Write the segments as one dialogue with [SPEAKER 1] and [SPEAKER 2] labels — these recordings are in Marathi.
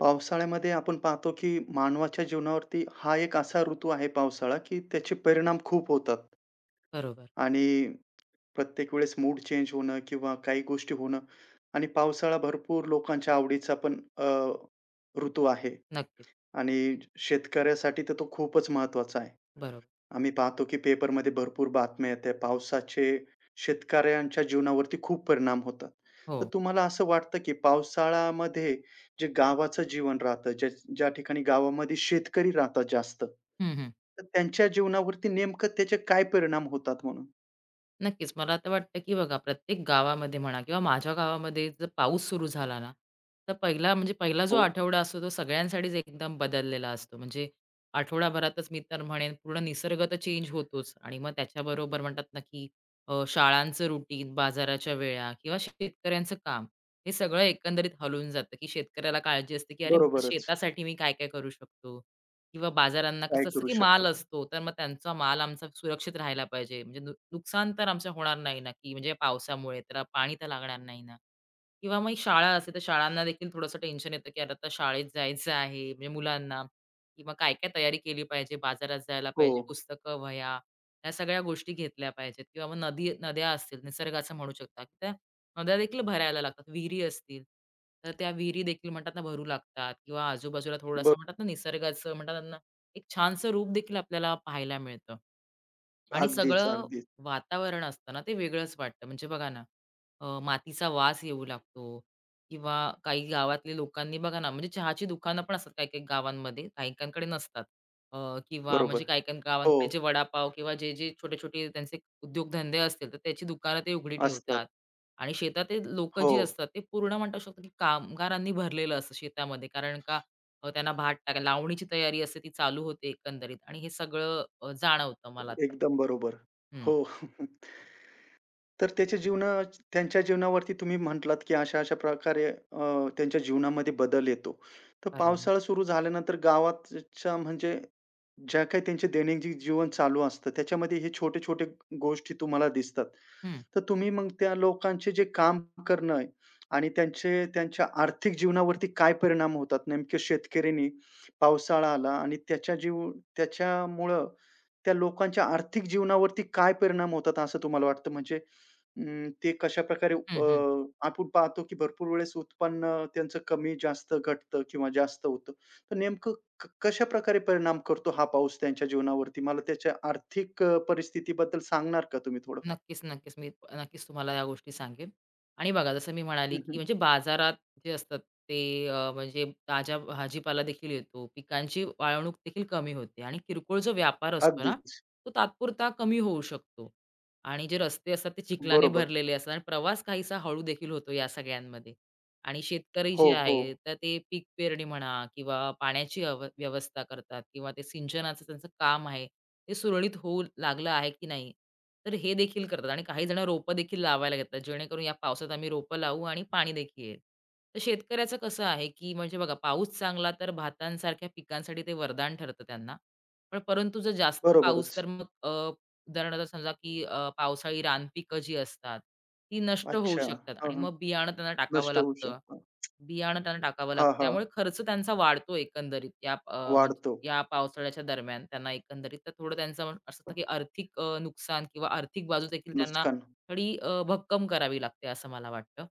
[SPEAKER 1] पावसाळ्यामध्ये आपण पाहतो, की मानवाच्या जीवनावरती हा एक असा ऋतू आहे पावसाळा, की त्याचे परिणाम खूप होतात.
[SPEAKER 2] बरोबर.
[SPEAKER 1] आणि प्रत्येक वेळेस मूड चेंज होणं किंवा काही गोष्टी होणं आणि पावसाळा भरपूर लोकांच्या आवडीचा पण ऋतू आहे
[SPEAKER 2] नक्कीच.
[SPEAKER 1] आणि शेतकऱ्यासाठी तर तो खूपच महत्त्वाचा आहे.
[SPEAKER 2] बरोबर.
[SPEAKER 1] आम्ही पाहतो की पेपरमध्ये भरपूर बातम्या येत्या. पावसाचे शेतकऱ्यांच्या जीवनावरती खूप परिणाम होतात. तर
[SPEAKER 2] हो.
[SPEAKER 1] तुम्हाला असं वाटतं की पावसाळ्यामध्ये जे गावाचं जीवन राहतं, ज्या ज्या ठिकाणी गावामध्ये शेतकरी राहतात जास्त,
[SPEAKER 2] हं, हं.
[SPEAKER 1] तर त्यांच्या जीवनावरती नेमकं त्याचे काय परिणाम होतात म्हणून?
[SPEAKER 2] नक्कीच. मला तर वाटतं, की बघा प्रत्येक गावामध्ये म्हणा किंवा माझ्या गावामध्ये जर पाऊस सुरू झाला ना, तर पहिला म्हणजे पहिला जो
[SPEAKER 1] हो,
[SPEAKER 2] आठवडा असतो तो सगळ्यांसाठीच एकदम बदललेला असतो. म्हणजे आठवडाभरातच मी तर म्हणेन पूर्ण निसर्ग तर चेंज होतोच आणि मग त्याच्याबरोबर म्हणतात ना, की शाळांचं रुटीन, बाजाराच्या वेळा किंवा शेतकऱ्यांचं काम हे सगळं एकंदरीत हलून जातं, की शेतकऱ्याला काळजी असते, की अरे, माझ्या
[SPEAKER 1] बरोबरच.
[SPEAKER 2] शेतासाठी मी काय-काय करू शकतो? किंवा बाजारांना
[SPEAKER 1] काय
[SPEAKER 2] कसं असतं,
[SPEAKER 1] करू
[SPEAKER 2] की माल
[SPEAKER 1] शकतो?
[SPEAKER 2] असतो. तर मग त्यांचा माल आमचा सुरक्षित राहायला पाहिजे. म्हणजे नुकसान तर आमचं होणार नाही ना, की म्हणजे पावसामुळे तर पाणी तर लागणार नाही ना. किंवा मग शाळा असते, तर शाळांना देखील थोडंसं टेन्शन येतं, की अरे आता शाळेत जायचं आहे म्हणजे मुलांना किंवा काय-काय तयारी केली पाहिजे, बाजारात जायला
[SPEAKER 1] हो,
[SPEAKER 2] पाहिजे, पुस्तकं, वह्या, ह्या सगळ्या गोष्टी घेतल्या पाहिजेत किंवा मग नदी नद्या असतील निसर्गाचं म्हणू शकता. नद्या देखील भरायला लागतात, विहिरी असतील, तर त्या विहिरी देखील म्हणतात ना भरू लागतात किंवा आजूबाजूला
[SPEAKER 1] ब
[SPEAKER 2] थोडासा म्हणतात ना निसर्गाचं म्हणतात ना एक छानसं रूप देखील आपल्याला पाहायला मिळतं. आणि
[SPEAKER 1] अगदीच,
[SPEAKER 2] सगळं
[SPEAKER 1] अगदीच.
[SPEAKER 2] वातावरण असतं ना ते वेगळंच वाटतं. म्हणजे बघा ना, मातीचा वास येऊ लागतो किंवा काही गावातल्या लोकांनी बघा ना, म्हणजे चहाची दुकानं पण असतात काही-काही गावांमध्ये, काही-काहींकडे नसतात. अ, किंवा म्हणजे
[SPEAKER 1] बरोबर.
[SPEAKER 2] काही-काही
[SPEAKER 1] हो,
[SPEAKER 2] गावांकडे जे वडापाव किंवा जे-जे छोटे-छोटे त्यांचे उद्योगधंदे असतील, तर त्याची दुकानं ते उघडी ठेवतात.
[SPEAKER 1] असतात.
[SPEAKER 2] आणि शेतातील लोकं
[SPEAKER 1] हो,
[SPEAKER 2] जी असतात ते पूर्ण म्हणू शकतो, की कामगारांनी भरलेलं असतं शेतामध्ये. कारण का त्यांना भात टाका लावणीची तयारी असते ती चालू होते एकंदरीत आणि हे सगळं जाणवतं मला तर.
[SPEAKER 1] एकदम बरोबर.
[SPEAKER 2] हं.
[SPEAKER 1] हो. तर त्याच्या जीवना त्यांच्या जीवनावरती तुम्ही म्हटलात, की अशा-अशा प्रकारे त्यांच्या जीवनामध्ये बदल येतो. तर
[SPEAKER 2] बरोबर.
[SPEAKER 1] पावसाळा सुरू झाल्यानंतर गावातच्या म्हणजे ज्या काही त्यांचे दैनंदिन जीवन चालू असतं, त्याच्यामध्ये हे छोटे-छोटे गोष्टी तुम्हाला दिसतात.
[SPEAKER 2] हं.
[SPEAKER 1] तर तुम्ही मग त्या लोकांचे जे काम करणं आणि त्यांचे त्यांच्या आर्थिक जीवनावरती काय परिणाम होतात? नेमके शेतकऱ्यांनी पावसाळा आला आणि त्याच्यामुळं त्या लोकांच्या आर्थिक जीवनावरती काय परिणाम होतात असं तुम्हाला वाटतं? म्हणजे अं, ते कशाप्रकारे
[SPEAKER 2] हं, हं.
[SPEAKER 1] आपण पाहतो की भरपूर वेळेस उत्पन्न त्यांचं कमी-जास्त घटतं किंवा जास्त होतं. तर नेमकं कशाप्रकारे परिणाम करतो हा पाऊस त्यांच्या जीवनावरती? मला त्याच्या आर्थिक परिस्थितीबद्दल सांगणार का तुम्ही थोडंफार?
[SPEAKER 2] नक्कीच, नक्कीच. मी नक्कीच तुम्हाला या गोष्टी सांगेन. आणि बघा जसं मी म्हणाली,
[SPEAKER 1] हं,
[SPEAKER 2] की
[SPEAKER 1] हं.
[SPEAKER 2] म्हणजे बाजारात जे असतात ते म्हणजे ताज्या भाजीपाला देखील येतो. पिकांची वाळवणूक देखील कमी होते आणि किरकोळ जो व्यापार असतो ना,
[SPEAKER 1] अगदीच.
[SPEAKER 2] तो तात्पुरता कमी होऊ शकतो. आणि जे रस्ते असतात ते चिखलाने
[SPEAKER 1] बरोबर.
[SPEAKER 2] भरलेले असतात आणि प्रवास काहीसा हळू देखील होतो या सगळ्यांमध्ये. आणि शेतकरी जे
[SPEAKER 1] हो, हो.
[SPEAKER 2] आहे, तर ते पीक पेरणी म्हणा किंवा पाण्याची व्यवस्था करतात किंवा ते सिंचनाचं त्यांचं काम आहे, ते सुरळीत होऊ लागलं आहे की नाही. तर हे देखील करतात आणि काही जण रोपं देखील लावायला घेतात, जेणेकरून या पावसात आम्ही रोपं लावू आणि पाणी देखील येईल. तर शेतकऱ्याचं कसं आहे, की म्हणजे बघा पाऊस चांगला तर भातांसारख्या पिकांसाठी ते वरदान ठरतं त्यांना. पण परंतु जर जास्त पाऊस तर
[SPEAKER 1] बरोबरच.
[SPEAKER 2] मग उदाहरणार्थ समजा, की पावसाळी रानपिकं जी असतात, ती नष्ट होऊ
[SPEAKER 1] अच्छा.
[SPEAKER 2] शकतात
[SPEAKER 1] हां,
[SPEAKER 2] आणि
[SPEAKER 1] हां.
[SPEAKER 2] मग बियाणं त्यांना टाकावं
[SPEAKER 1] नष्ट होऊ
[SPEAKER 2] लागतं.
[SPEAKER 1] शकतो.
[SPEAKER 2] बियाणं त्यांना टाकावं
[SPEAKER 1] हां,
[SPEAKER 2] लागतं.
[SPEAKER 1] हां.
[SPEAKER 2] त्यामुळे खर्च त्यांचा वाढतो एकंदरीत या
[SPEAKER 1] वाढतो.
[SPEAKER 2] म्हणजे या पावसाळ्याच्या दरम्यान त्यांना एकंदरीत तर थोडं त्यांचं म्हण असं असतं की आर्थिक नुकसान किंवा आर्थिक बाजू देखील त्यांना
[SPEAKER 1] नुकसान.
[SPEAKER 2] थोडी भक्कम करावी लागते असं मला वाटतं.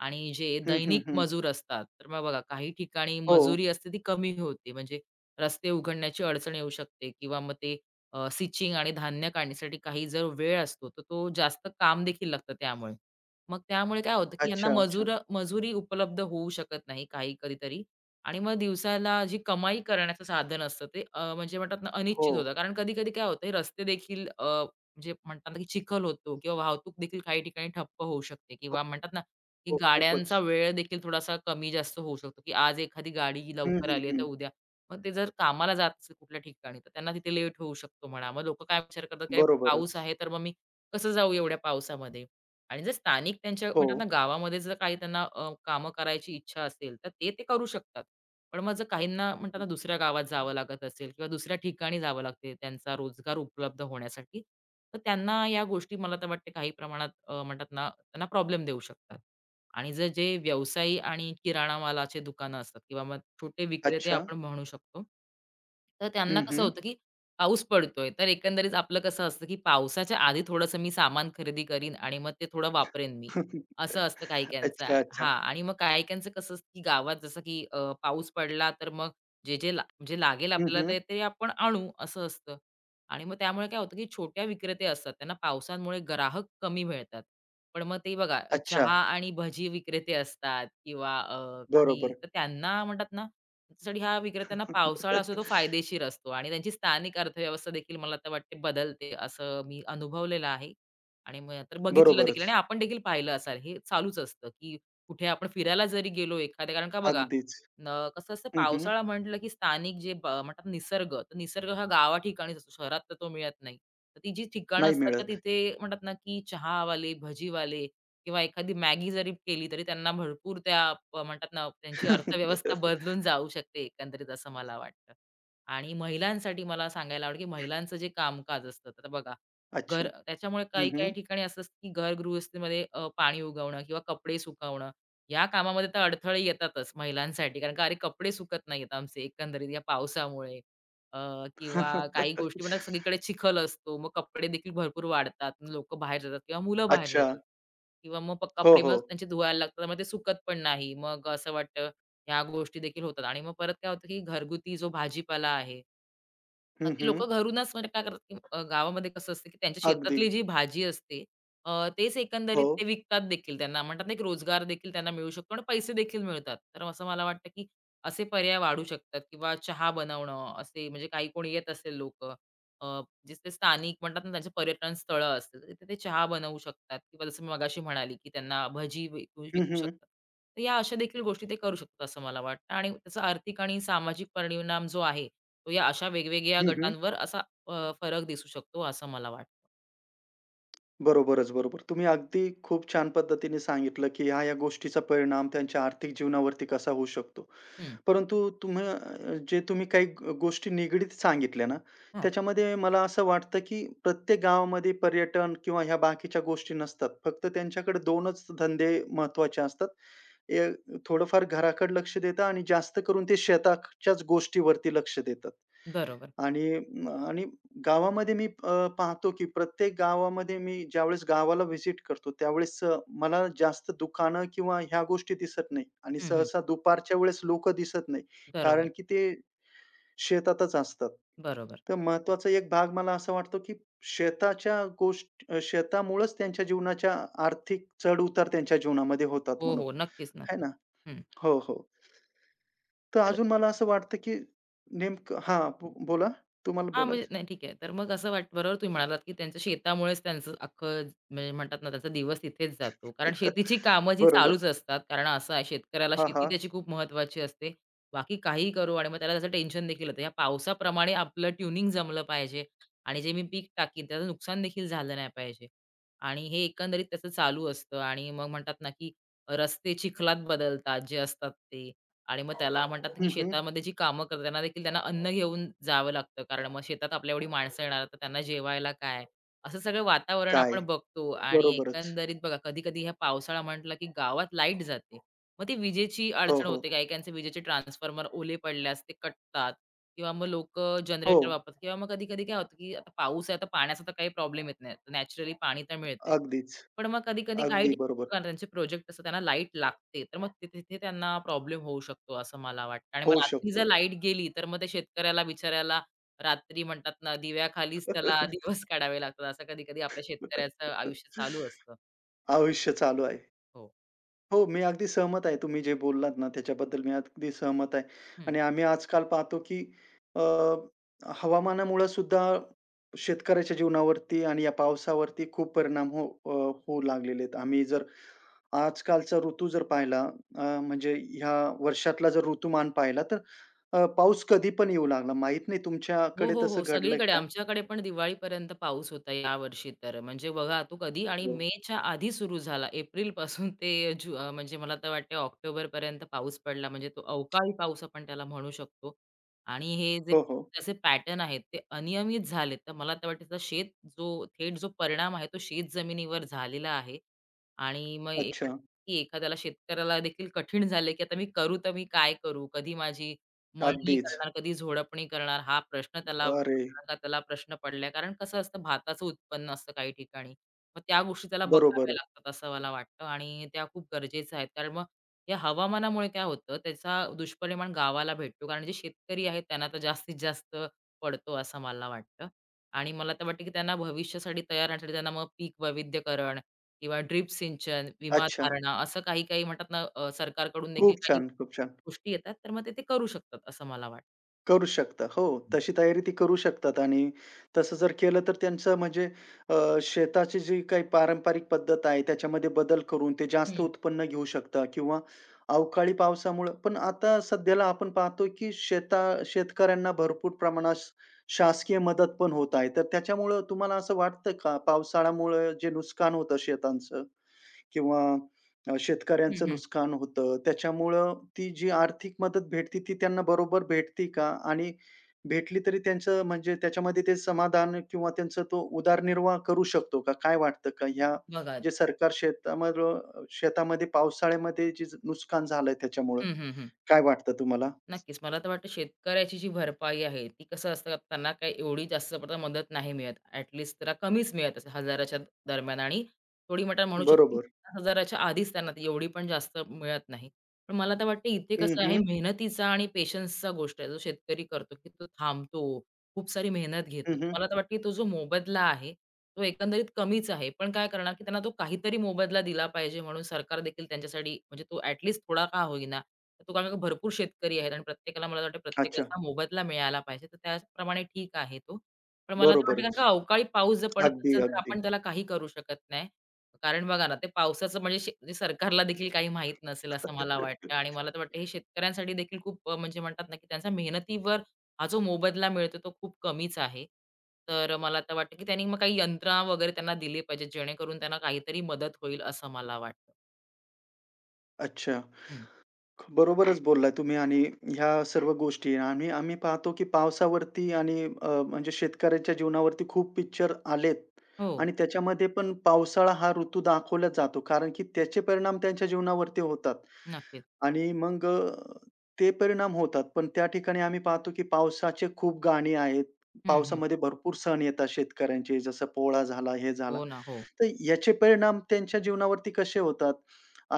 [SPEAKER 2] आणि जे
[SPEAKER 1] हं, हं,
[SPEAKER 2] दैनिक
[SPEAKER 1] हं.
[SPEAKER 2] मजूर असतात, तर मग बघा काही ठिकाणी
[SPEAKER 1] हो.
[SPEAKER 2] मजुरी असते ती कमी होते. म्हणजे रस्ते उघडण्याची अडचण येऊ शकते किंवा मग ते सिचिंग आणि धान्य काढण्यासाठी काही जर वेळ असतो, तर तो जास्त काम देखील लागतं त्यामुळे. मग त्यामुळे काय होतं की यांना
[SPEAKER 1] अच्छा, अच्छा.
[SPEAKER 2] मजूर मजुरी उपलब्ध होऊ शकत नाही काही कधीतरी आणि मग दिवसाला जी कमाई करण्याचं साधन असतं ते म्हणजे म्हणतात ना
[SPEAKER 1] हो.
[SPEAKER 2] अनिश्चित होतं. कारण कधी-कधी काय होतं रस्ते देखील म्हणजे म्हणतात ना की चिखल होतो किंवा वाहतूक देखील काही ठिकाणी ठप्प होऊ शकते किंवा म्हणतात ना की
[SPEAKER 1] हो,
[SPEAKER 2] गाड्यांचा
[SPEAKER 1] खूपच.
[SPEAKER 2] वेळ देखील थोडासा कमी-जास्त होऊ शकतो, की आज एखादी गाडी
[SPEAKER 1] हं,
[SPEAKER 2] लवकर
[SPEAKER 1] हं,
[SPEAKER 2] आली आहे तर
[SPEAKER 1] हं.
[SPEAKER 2] उद्या मग ते जर कामाला जात असेल कुठल्या ठिकाणी तर त्यांना तिथे लेट होऊ शकतो म्हणा. मग लोकं काय विचार करतात की अरे पाऊस
[SPEAKER 1] बरोबरच.
[SPEAKER 2] आहे तर मग मी कसं जाऊ एवढ्या पावसामध्ये? आणि जर स्थानिक त्यांच्या
[SPEAKER 1] हो.
[SPEAKER 2] म्हणतात ना गावामध्ये जर काही त्यांना कामं करायची इच्छा असेल तर ते, ते करू शकतात. पण मग जर काहींना म्हणतात ना दुसऱ्या गावात जावं लागत असेल किंवा दुसऱ्या ठिकाणी जावं लागते त्यांचा रोजगार उपलब्ध होण्यासाठी, तर त्यांना या गोष्टी मला तर वाटते काही प्रमाणात म्हणतात ना त्यांना प्रॉब्लेम देऊ शकतात. आणि जर जे व्यावसायी आणि किराणा मालाचे दुकानं असतात किंवा मग छोटे विक्रेते
[SPEAKER 1] अच्छा.
[SPEAKER 2] आपण म्हणू शकतो. तर त्यांना
[SPEAKER 1] हं,
[SPEAKER 2] कसं
[SPEAKER 1] हं.
[SPEAKER 2] होतं, की पाऊस पडतोय, तर एकंदरीत आपलं कसं असतं, की पावसाच्या आधी थोडंसं मी सामान खरेदी करीन आणि मग ते थोडं वापरेन मी. असं असतं काही-काहींचं
[SPEAKER 1] अच्छा, अच्छा.
[SPEAKER 2] हां. आणि मग काही-काहींचं कसं असतं, की गावात जसं की पाऊस पडला तर मग जे, जे ला म्हणजे लागेल
[SPEAKER 1] हं,
[SPEAKER 2] आपल्याला
[SPEAKER 1] हं.
[SPEAKER 2] ते, ते आपण आणू असं असतं. आणि मग त्यामुळे काय होतं, की छोट्या विक्रेते असतात त्यांना पावसामुळे ग्राहक कमी मिळतात. पण मग ते बघा
[SPEAKER 1] अच्छा.
[SPEAKER 2] चहा आणि भजी विक्रेते असतात किंवा काही
[SPEAKER 1] बरोबर.
[SPEAKER 2] तर त्यांना म्हणतात ना, त्यासाठी ह्या विक्रेत्यांना पावसाळा असतो तो फायदेशीर असतो आणि त्यांची स्थानिक अर्थव्यवस्था देखील मला तर वाटते बदलते असं मी अनुभवलेलं आहे. आणि मग तर बघितलेलं देखील
[SPEAKER 1] बरोबरच.
[SPEAKER 2] आणि आपण देखील पाहिलं असाल हे चालूच असतं, की कुठे आपण फिरायला जरी गेलो एखाद्या कारण का बघा
[SPEAKER 1] अगदीच.
[SPEAKER 2] कसं असतं
[SPEAKER 1] हं, हं.
[SPEAKER 2] पावसाळा म्हटलं, की स्थानिक जे म्हणतात निसर्ग, तर निसर्ग हा गावा ठिकाणीच असतो. शहरात तर तो मिळत नाही. तर ती जी ठिकाणं
[SPEAKER 1] नाही
[SPEAKER 2] असतात तर
[SPEAKER 1] मिळत.
[SPEAKER 2] तिथे म्हणतात ना, की चहावाले, भजीवाले किंवा एखादी मॅगी जरी केली तरी त्यांना भरपूर त्या म्हणतात ना, त्यांची अर्थव्यवस्था बदलून जाऊ शकते एकंदरीत असं मला वाटतं. आणि महिलांसाठी मला सांगायला आवडेल, की महिलांचं जे कामकाज असतं, तर बघा
[SPEAKER 1] अच्छा.
[SPEAKER 2] घर त्याच्यामुळे
[SPEAKER 1] हं, हं.
[SPEAKER 2] काही-काही ठिकाणी असं असतं, की घर गृहस्थीमध्ये पाणी उगवणं किंवा कपडे सुकवणं, या कामामध्ये तर अडथळे येतातच महिलांसाठी. कारण का अरे कपडे सुकत नाहीयेत आमचे एकंदरीत या पावसामुळे. अ, किंवा काही गोष्टी पण सगळीकडे चिखल असतो. मग कपडे देखील भरपूर वाढतात. लोकं बाहेर जातात किंवा मुलं बाहेर
[SPEAKER 1] अच्छा.
[SPEAKER 2] जातात. किंवा मग
[SPEAKER 1] हो,
[SPEAKER 2] कपडे मग
[SPEAKER 1] हो.
[SPEAKER 2] त्यांचे धुवायला लागतात. मग ते सुकत पण नाही. मग असं वाटतं ह्या गोष्टी देखील होतात आणि मग परत काय होतं, की घरगुती जो भाजीपाला आहे
[SPEAKER 1] हं,
[SPEAKER 2] ती
[SPEAKER 1] हं.
[SPEAKER 2] लोकं घरूनच म्हणजे काय करतात, की गावामध्ये कसं असतं, की त्यांच्या
[SPEAKER 1] अगदी.
[SPEAKER 2] शेतातली जी भाजी असते तेच एकंदरीत
[SPEAKER 1] हो.
[SPEAKER 2] ते विकतात देखील. त्यांना म्हणतात ना, एक रोजगार देखील त्यांना मिळू शकतो आणि पैसे देखील मिळतात. तर असं मला वाटतं, की असे पर्याय वाढू शकतात किंवा चहा बनवणं असे म्हणजे काही कोणी येत असेल लोकं जे ते स्थानिक म्हणतात ना, त्यांचे पर्यटन स्थळं असतात. तिथे ते चहा बनवू शकतात किंवा जसं मी मगाशी म्हणाली, की त्यांना भजी विकू
[SPEAKER 1] हं,
[SPEAKER 2] विकू
[SPEAKER 1] हं.
[SPEAKER 2] शकतात. तर या अशा देखील गोष्टी ते करू शकतात असं मला वाटतं आणि त्याचा आर्थिक आणि सामाजिक परिणाम जो आहे तो या अशा वेगवेगळ्या
[SPEAKER 1] हं, हं.
[SPEAKER 2] गटांवर असा फरक दिसू शकतो असं मला वाटतं.
[SPEAKER 1] बरोबरच, बरोबर. तुम्ही अगदी खूप छान पद्धतीने सांगितलं, की ह्या-ह्या गोष्टीचा परिणाम त्यांच्या आर्थिक जीवनावरती कसा होऊ शकतो.
[SPEAKER 2] हम्म. हं.
[SPEAKER 1] परंतु तुम्ही जे तुम्ही काही गोष्टी निगडीत सांगितल्या ना,
[SPEAKER 2] हां.
[SPEAKER 1] त्याच्यामध्ये मला असं वाटतं, की प्रत्येक गावामध्ये पर्यटन किंवा ह्या बाकीच्या गोष्टी नसतात. फक्त त्यांच्याकडे 2च धंदे महत्त्वाचे असतात. ए थोडंफार घराकडे लक्ष देतात आणि जास्त करून ते शेताच्याच गोष्टीवरती लक्ष देतात.
[SPEAKER 2] बरोबर.
[SPEAKER 1] आणि आणि गावामध्ये मी पाहतो की प्रत्येक गावामध्ये मी ज्यावेळेस गावाला व्हिजिट करतो, त्यावेळेस मला जास्त दुकानं किंवा ह्या गोष्टी दिसत नाही आणि
[SPEAKER 2] हं, हं.
[SPEAKER 1] सहसा दुपारच्या वेळेस लोकं दिसत नाही.
[SPEAKER 2] बरोबर,
[SPEAKER 1] कारण की ते शेतातच असतात.
[SPEAKER 2] बरोबर.
[SPEAKER 1] तर महत्त्वाचा एक भाग मला असा वाटतो की शेताच्या गोष्ट शेतामुळेच त्यांच्या जीवनाच्या आर्थिक चढ-उतार त्यांच्या जीवनामध्ये होतात
[SPEAKER 2] हो,
[SPEAKER 1] म्हणून.
[SPEAKER 2] हो. नक्कीच,
[SPEAKER 1] आहे
[SPEAKER 2] नक्कीच.
[SPEAKER 1] ना?
[SPEAKER 2] हं.
[SPEAKER 1] हो, हो. तर
[SPEAKER 2] तर
[SPEAKER 1] अजून मला असं वाटतं की नेमकं हां, बोला. तुम्हाला
[SPEAKER 2] हां, म्हणजे
[SPEAKER 1] बोलायचं.
[SPEAKER 2] नाही ठीक आहे. तर मग असं वाट बरोबर तुम्ही म्हणालात, की त्यांच्या शेतामुळेच त्यांचं अख्खं म्हणजे म्हणतात ना, त्यांचा दिवस तिथेच जातो. कारण शेतीची कामं जी
[SPEAKER 1] बरोबर.
[SPEAKER 2] चालूच असतात. कारण असं आहे शेतकऱ्याला
[SPEAKER 1] हां,
[SPEAKER 2] शेती
[SPEAKER 1] हां.
[SPEAKER 2] त्याची खूप महत्त्वाची असते. बाकी काही करू आणि मग त्याला त्याचं टेन्शन देखील होतं. या पावसाप्रमाणे आपलं ट्युनिंग जमलं पाहिजे आणि जे मी पीक टाकीन त्याचं नुकसान देखील झालं नाही पाहिजे. आणि हे एकंदरीत त्याचं चालू असतं आणि मग म्हणतात ना, की रस्ते चिखलात बदलतात जे असतात ते. आणि मग त्याला म्हणतात की
[SPEAKER 1] हं, हं.
[SPEAKER 2] शेतामध्ये जी कामं करतात त्यांना देखील त्यांना अन्न घेऊन जावं लागतं. कारण मग शेतात आपल्या एवढी माणसं येणार, तर त्यांना जेवायला काय? असं सगळं वातावरण
[SPEAKER 1] काय?
[SPEAKER 2] आपण बघतो आणि
[SPEAKER 1] बरोबरच.
[SPEAKER 2] एकंदरीत बघा कधी-कधी ह्या पावसाळा म्हटला की गावात लाईट जाते. मग ती विजेची
[SPEAKER 1] हो,
[SPEAKER 2] अडचण
[SPEAKER 1] हो.
[SPEAKER 2] होते. काही-काहींचे विजेचे ट्रान्सफॉर्मर ओले पडल्यास ते कटतात किंवा मग लोकं
[SPEAKER 1] हो,
[SPEAKER 2] जनरेटर वापरतात किंवा मग कधी-कधी काय होतं की आता पाऊस आहे, आता पाण्याचा तर काही प्रॉब्लेम येत नाही. नॅचरली पाणी तर मिळतंय.
[SPEAKER 1] अगदीच.
[SPEAKER 2] पण मग कधी-कधी काही
[SPEAKER 1] अगदी बरोबर.
[SPEAKER 2] कारण त्यांचे प्रोजेक्ट असतात त्यांना लाईट लागते. तर मग तिथे तिथे त्यांना प्रॉब्लेम होऊ शकतो असं मला वाटतं आणि मग
[SPEAKER 1] होऊ
[SPEAKER 2] रात्री जर
[SPEAKER 1] शकतो.
[SPEAKER 2] लाईट गेली, तर मग ते शेतकऱ्याला बिचाऱ्याला रात्री म्हणतात ना दिव्याखालीच त्याला दिवस काढावे लागतात. असं कधी-कधी आपल्या शेतकऱ्याचं आयुष्य चालू असतं.
[SPEAKER 1] आयुष्य चालू आहे.
[SPEAKER 2] हो.
[SPEAKER 1] हो, मी अगदी सहमत आहे. तुम्ही जे बोललात ना, त्याच्याबद्दल मी अगदी सहमत आहे.
[SPEAKER 2] हं.
[SPEAKER 1] आणि आम्ही आजकाल पाहतो, की अ, हवामानामुळं सुद्धा शेतकऱ्याच्या जीवनावरती आणि या पावसावरती खूप होऊ लागलेले आहेत. आम्ही जर आजकालचा ऋतू जर पाहिला, म्हणजे ह्या वर्षातला जर ऋतुमान पाहिला, तर पाऊस कधी पण येऊ लागला. माहित नाही
[SPEAKER 2] हो,
[SPEAKER 1] तुमच्याकडे
[SPEAKER 2] हो,
[SPEAKER 1] तसं
[SPEAKER 2] हो.
[SPEAKER 1] घडलंय
[SPEAKER 2] सगळीकडे
[SPEAKER 1] का?
[SPEAKER 2] आमच्याकडे पण दिवाळीपर्यंत पाऊस होता यावर्षी तर. म्हणजे बघा तो कधी आणि
[SPEAKER 1] हो.
[SPEAKER 2] मेच्या आधी सुरू झाला. एप्रिलपासून ते म्हणजे मला तर वाटते ऑक्टोबरपर्यंत पाऊस पडला. म्हणजे तो अवकाळी पाऊस आपण त्याला म्हणू शकतो. आणि हे जे
[SPEAKER 1] हो, हो.
[SPEAKER 2] त्याचे पॅटर्न आहेत ते अनियमित झालेत. तर मला तर वाटतं त्याचा जो थेट जो परिणाम आहे तो शेत जमिनीवर झालेला आहे. आणि मग एक म्हणतात
[SPEAKER 1] अच्छा.
[SPEAKER 2] की एखाद्याला शेतकऱ्याला देखील कठीण झाले, की आता मी करू तर मी काय करू? कधी माझी मळणी
[SPEAKER 1] अगदीच.
[SPEAKER 2] करणार, कधी झोडपणी करणार हा प्रश्न त्याला
[SPEAKER 1] अरे!
[SPEAKER 2] का त्याला प्रश्न पडलाय. कारण कसं असतं भाताचं उत्पन्न असतं काही ठिकाणी. मग त्या गोष्टी त्याला बघाव्या
[SPEAKER 1] बरोबर.
[SPEAKER 2] लागतात असं मला वाटतं आणि त्या खूप गरजेच्या आहेत. कारण मग या हवामानामुळे काय होतं त्याचा दुष्परिणाम गावाला भेटतो. कारण जे शेतकरी आहेत त्यांना तर जास्तीत जास्त पडतो असं मला वाटतं. आणि मला तर वाटतं की त्यांना भविष्यासाठी तयार राहण्यासाठी त्यांना मग पीक वैविध्यकरण किंवा ड्रिप सिंचन, विमा
[SPEAKER 1] अच्छा.
[SPEAKER 2] धारणा असं काही काही म्हणतात ना सरकारकडून देखील
[SPEAKER 1] खूप
[SPEAKER 2] काही
[SPEAKER 1] छान, खूप छान.
[SPEAKER 2] गोष्टी येतात, तर मग ते ते करू शकतात असं मला वाटतं.
[SPEAKER 1] करू शकता. हो, तशी तयारी ती करू शकतात आणि तसं जर केलं तर त्यांचं म्हणजे अ, शेताची जी काही पारंपरिक पद्धत आहे त्याच्यामध्ये बदल करून ते जास्त
[SPEAKER 2] हं.
[SPEAKER 1] उत्पन्न घेऊ शकता किंवा अवकाळी पावसामुळं पण आता सध्याला आपण पाहतो की शेतकऱ्यांना भरपूर प्रमाणात शासकीय मदत पण होत आहे. तर त्याच्यामुळं तुम्हाला असं वाटतं का पावसाळ्यामुळं जे नुकसान होतं शेतांचं, किंवा
[SPEAKER 2] हं,
[SPEAKER 1] शेतकऱ्यांचं
[SPEAKER 2] हं.
[SPEAKER 1] नुकसान होतं. त्याच्यामुळं ती जी आर्थिक मदत भेटती ती त्यांना बरोबर भेटती का? आणि भेटली तरी त्यांचं म्हणजे त्याच्यामध्ये ते समाधान किंवा त्यांचा तो उदरनिर्वाह करू शकतो का? काय वाटतं का ह्या
[SPEAKER 2] बघा.
[SPEAKER 1] जे सरकार शेतामध्ये पावसाळ्यामध्ये जे नुकसान झालंय त्याच्यामुळं?
[SPEAKER 2] हं, हं, हं.
[SPEAKER 1] काय वाटतं तुम्हाला?
[SPEAKER 2] नक्कीच. मला तर वाटतं शेतकऱ्याची जी भरपाई आहे, ती कसं असतं का, त्यांना काही एवढी जास्त प्रमाणात मदत नाही मिळत. ॲट त्याला कमीच मिळत असेल हजाराच्या दरम्यान आणि थोडी मटार म्हणू शकतो की
[SPEAKER 1] बरोबर.
[SPEAKER 2] 50,000च्या आधीच त्यांना ती एवढी पण जास्त मिळत नाही. पण मला तर वाटतं इथे
[SPEAKER 1] हं,
[SPEAKER 2] कसं आहे
[SPEAKER 1] हं.
[SPEAKER 2] मेहनतीचा आणि पेशन्सचा गोष्ट आहे. जो शेतकरी करतो की तो थांबतो, खूप सारी मेहनत घेतो.
[SPEAKER 1] हं,
[SPEAKER 2] तर
[SPEAKER 1] हं.
[SPEAKER 2] मला तर वाटतं की तो जो मोबदला आहे, तो एकंदरीत कमीच आहे. पण काय करणार की त्यांना तो काहीतरी मोबदला दिला पाहिजे म्हणून सरकार देखील त्यांच्यासाठी म्हणजे तो ॲट लीस्ट थोडा का होईना तर तो कारण का भरपूर शेतकरी आहेत आणि प्रत्येकाला मला वाटतं
[SPEAKER 1] अच्छा.
[SPEAKER 2] प्रत्येकाचा मोबदला मिळाला पाहिजे, तर त्याचप्रमाणे ठीक आहे तो. पण मला तर वाटतं कारण
[SPEAKER 1] बरोबरच.
[SPEAKER 2] का अवकाळी पाऊस जर पडत
[SPEAKER 1] अगदी,
[SPEAKER 2] असेल, तर
[SPEAKER 1] अगदी.
[SPEAKER 2] आपण त्याला काही करू शकत नाही. कारण बघा ना, ते पावसाचं म्हणजे म्हणजे सरकारला देखील काही माहीत नसेल असं मला वाटतं आणि मला तर वाटतं हे शेतकऱ्यांसाठी देखील खूप म्हणजे म्हणतात ना, की त्यांच्या मेहनतीवर हा जो मोबदला मिळतो तो खूप कमीच आहे. तर मला तर वाटतं, की त्यांनी मग काही यंत्रणा वगैरे त्यांना दिली पाहिजे, जेणेकरून त्यांना काहीतरी मदत होईल असं मला वाटतं.
[SPEAKER 1] अच्छा.
[SPEAKER 2] हं.
[SPEAKER 1] बरोबरच बोललाय तुम्ही आणि ह्या सर्व गोष्टी आणि आम्ही पाहतो, की पावसावरती आणि म्हणजे शेतकऱ्याच्या जीवनावरती खूप पिक्चर आलेत
[SPEAKER 2] हो,
[SPEAKER 1] आणि त्याच्यामध्ये पण पावसाळा हा ऋतू दाखवला जातो. कारण की त्याचे परिणाम त्यांच्या जीवनावरती होतात
[SPEAKER 2] नक्कीच.
[SPEAKER 1] आणि मग ते परिणाम होतात. पण त्या ठिकाणी आम्ही पाहतो, की पावसाचे खूप गाणी आहेत.
[SPEAKER 2] हं, हं.
[SPEAKER 1] पावसामध्ये भरपूर सण येतात शेतकऱ्यांचे, जसं पोळा झाला, हे झाला.
[SPEAKER 2] हो ना, हो.
[SPEAKER 1] तर याचे परिणाम त्यांच्या जीवनावरती कसे होतात?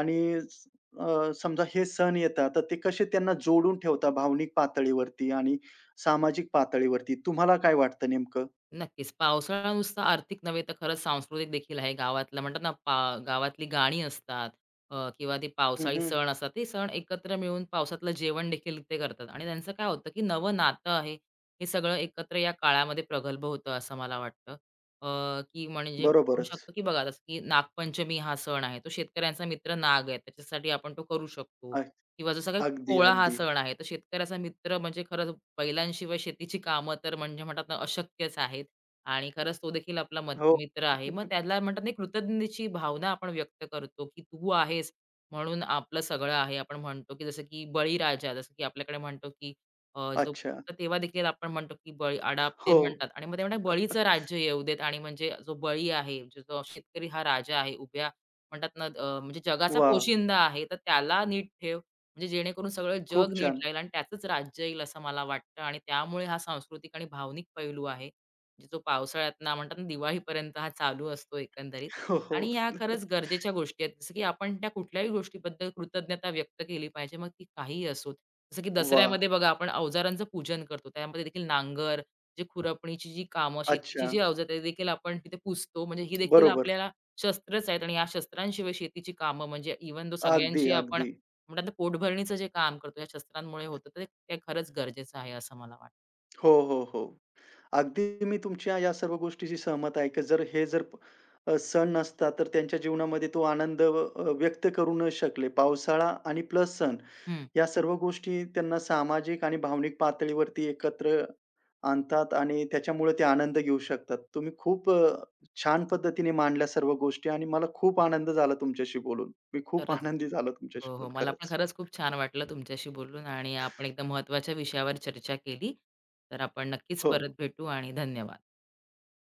[SPEAKER 1] आणि समजा हे सण येतात, तर ते कसे त्यांना जोडून ठेवतात भावनिक पातळीवरती आणि सामाजिक पातळीवरती? तुम्हाला काय वाटतं नेमकं?
[SPEAKER 2] नक्कीच. पावसाळा नुसता आर्थिक नव्हे तर खरंच सांस्कृतिक देखील आहे. गावातलं म्हणतात ना गावातली गाणी असतात किंवा ते
[SPEAKER 1] हं,
[SPEAKER 2] पावसाळी
[SPEAKER 1] हं.
[SPEAKER 2] सण असतात. ते सण एकत्र मिळून पावसातलं जेवण देखील ते करतात आणि त्यांचं काय होतं, की नवं नातं आहे, हे सगळं एकत्र या काळामध्ये प्रगल्भ होतं असं मला वाटतं. की म्हणजे म्हणू
[SPEAKER 1] बरोबरच.
[SPEAKER 2] शकतो, की बघा जसं की नागपंचमी हा सण आहे. तो शेतकऱ्यांचा मित्र नाग आहे. त्याच्यासाठी आपण तो करू शकतो
[SPEAKER 1] अ,
[SPEAKER 2] किंवा जसं काही
[SPEAKER 1] अगदी,
[SPEAKER 2] पोळा हा
[SPEAKER 1] अगदी.
[SPEAKER 2] सण आहे. तर शेतकऱ्याचा मित्र म्हणजे खरंच बैलांशिवाय शेतीची कामं तर म्हणजे म्हणतात ना अशक्यच आहेत आणि खरंच तो देखील आपला
[SPEAKER 1] हो.
[SPEAKER 2] मित्र आहे. मग त्याला म्हणतात ना कृतज्ञतेची भावना आपण व्यक्त करतो, की तू आहेस म्हणून आपलं सगळं आहे. आपण म्हणतो, की जसं की बळीराजा जसं की आपल्याकडे म्हणतो, की अ, जो
[SPEAKER 1] अच्छा.
[SPEAKER 2] तर तेव्हा देखील आपण म्हणतो, की बळी आडाप ते
[SPEAKER 1] हो.
[SPEAKER 2] म्हणतात आणि मग ते म्हणतात बळीचं राज्य येऊ देत आणि म्हणजे जो बळी आहे, जो जो शेतकरी हा राजा आहे. उभ्या म्हणतात ना म्हणजे जगाचा
[SPEAKER 1] वा,
[SPEAKER 2] पोशिंदा आहे. तर त्याला नीट ठेव. म्हणजे जेणेकरून सगळं जग
[SPEAKER 1] खूप
[SPEAKER 2] नीट
[SPEAKER 1] छान.
[SPEAKER 2] राहील आणि त्याचंच राज्य येईल असं मला वाटतं आणि त्यामुळे हा सांस्कृतिक आणि भावनिक पैलू आहे, म्हणजे जो पावसाळ्यात ना म्हणतात ना दिवाळीपर्यंत हा चालू असतो एकंदरीत.
[SPEAKER 1] हो, हो.
[SPEAKER 2] आणि ह्या खरंच गरजेच्या गोष्टी आहेत. जसं की आपण त्या कुठल्याही गोष्टीबद्दल कृतज्ञता व्यक्त केली पाहिजे, मग ती काहीही असो. जसं की
[SPEAKER 1] वाह!
[SPEAKER 2] दसऱ्यामध्ये बघा आपण अवजारांचं पूजन करतो. त्यामध्ये देखील नांगर, जे खुरपणीची जी कामं, शेतीची
[SPEAKER 1] अच्छा.
[SPEAKER 2] जी अवजार ते देखील आपण तिथे पुजतो. म्हणजे ही देखील
[SPEAKER 1] बरोबर.
[SPEAKER 2] आपल्याला शस्त्रच आहेत आणि या शस्त्रांशिवाय शेतीची कामं म्हणजे इव्हन दो
[SPEAKER 1] अगदी,
[SPEAKER 2] सगळ्यांशी आपण
[SPEAKER 1] अगदी.
[SPEAKER 2] म्हणतात ना पोटभरणीचं जे काम करतो या शस्त्रांमुळे होतं तर ते खरंच गरजेचं आहे असं मला वाटतं.
[SPEAKER 1] हो, हो, हो. अगदी मी तुमच्या या सर्व गोष्टीशी सहमत आहे, की जर हे जर सण नसता, तर त्यांच्या जीवनामध्ये तो आनंद व्यक्त करू न शकले. पावसाळा आणि प्लस सण
[SPEAKER 2] हं,
[SPEAKER 1] या सर्व गोष्टी त्यांना सामाजिक आणि भावनिक पातळीवरती एकत्र आणतात आणि त्याच्यामुळे ते आनंद घेऊ शकतात. तुम्ही खूप छान पद्धतीने मांडल्या सर्व गोष्टी आणि मला खूप आनंद झाला तुमच्याशी बोलून. मी खूप
[SPEAKER 2] खरंच.
[SPEAKER 1] आनंदी झालो तुमच्याशी
[SPEAKER 2] हो, हो.
[SPEAKER 1] बोलून
[SPEAKER 2] मला पण
[SPEAKER 1] खरंच.
[SPEAKER 2] खरंच खूप छान वाटलं तुमच्याशी बोलून आणि आपण एकदम महत्त्वाच्या विषयावर चर्चा केली. तर आपण नक्कीच
[SPEAKER 1] हो.
[SPEAKER 2] परत भेटू आणि धन्यवाद.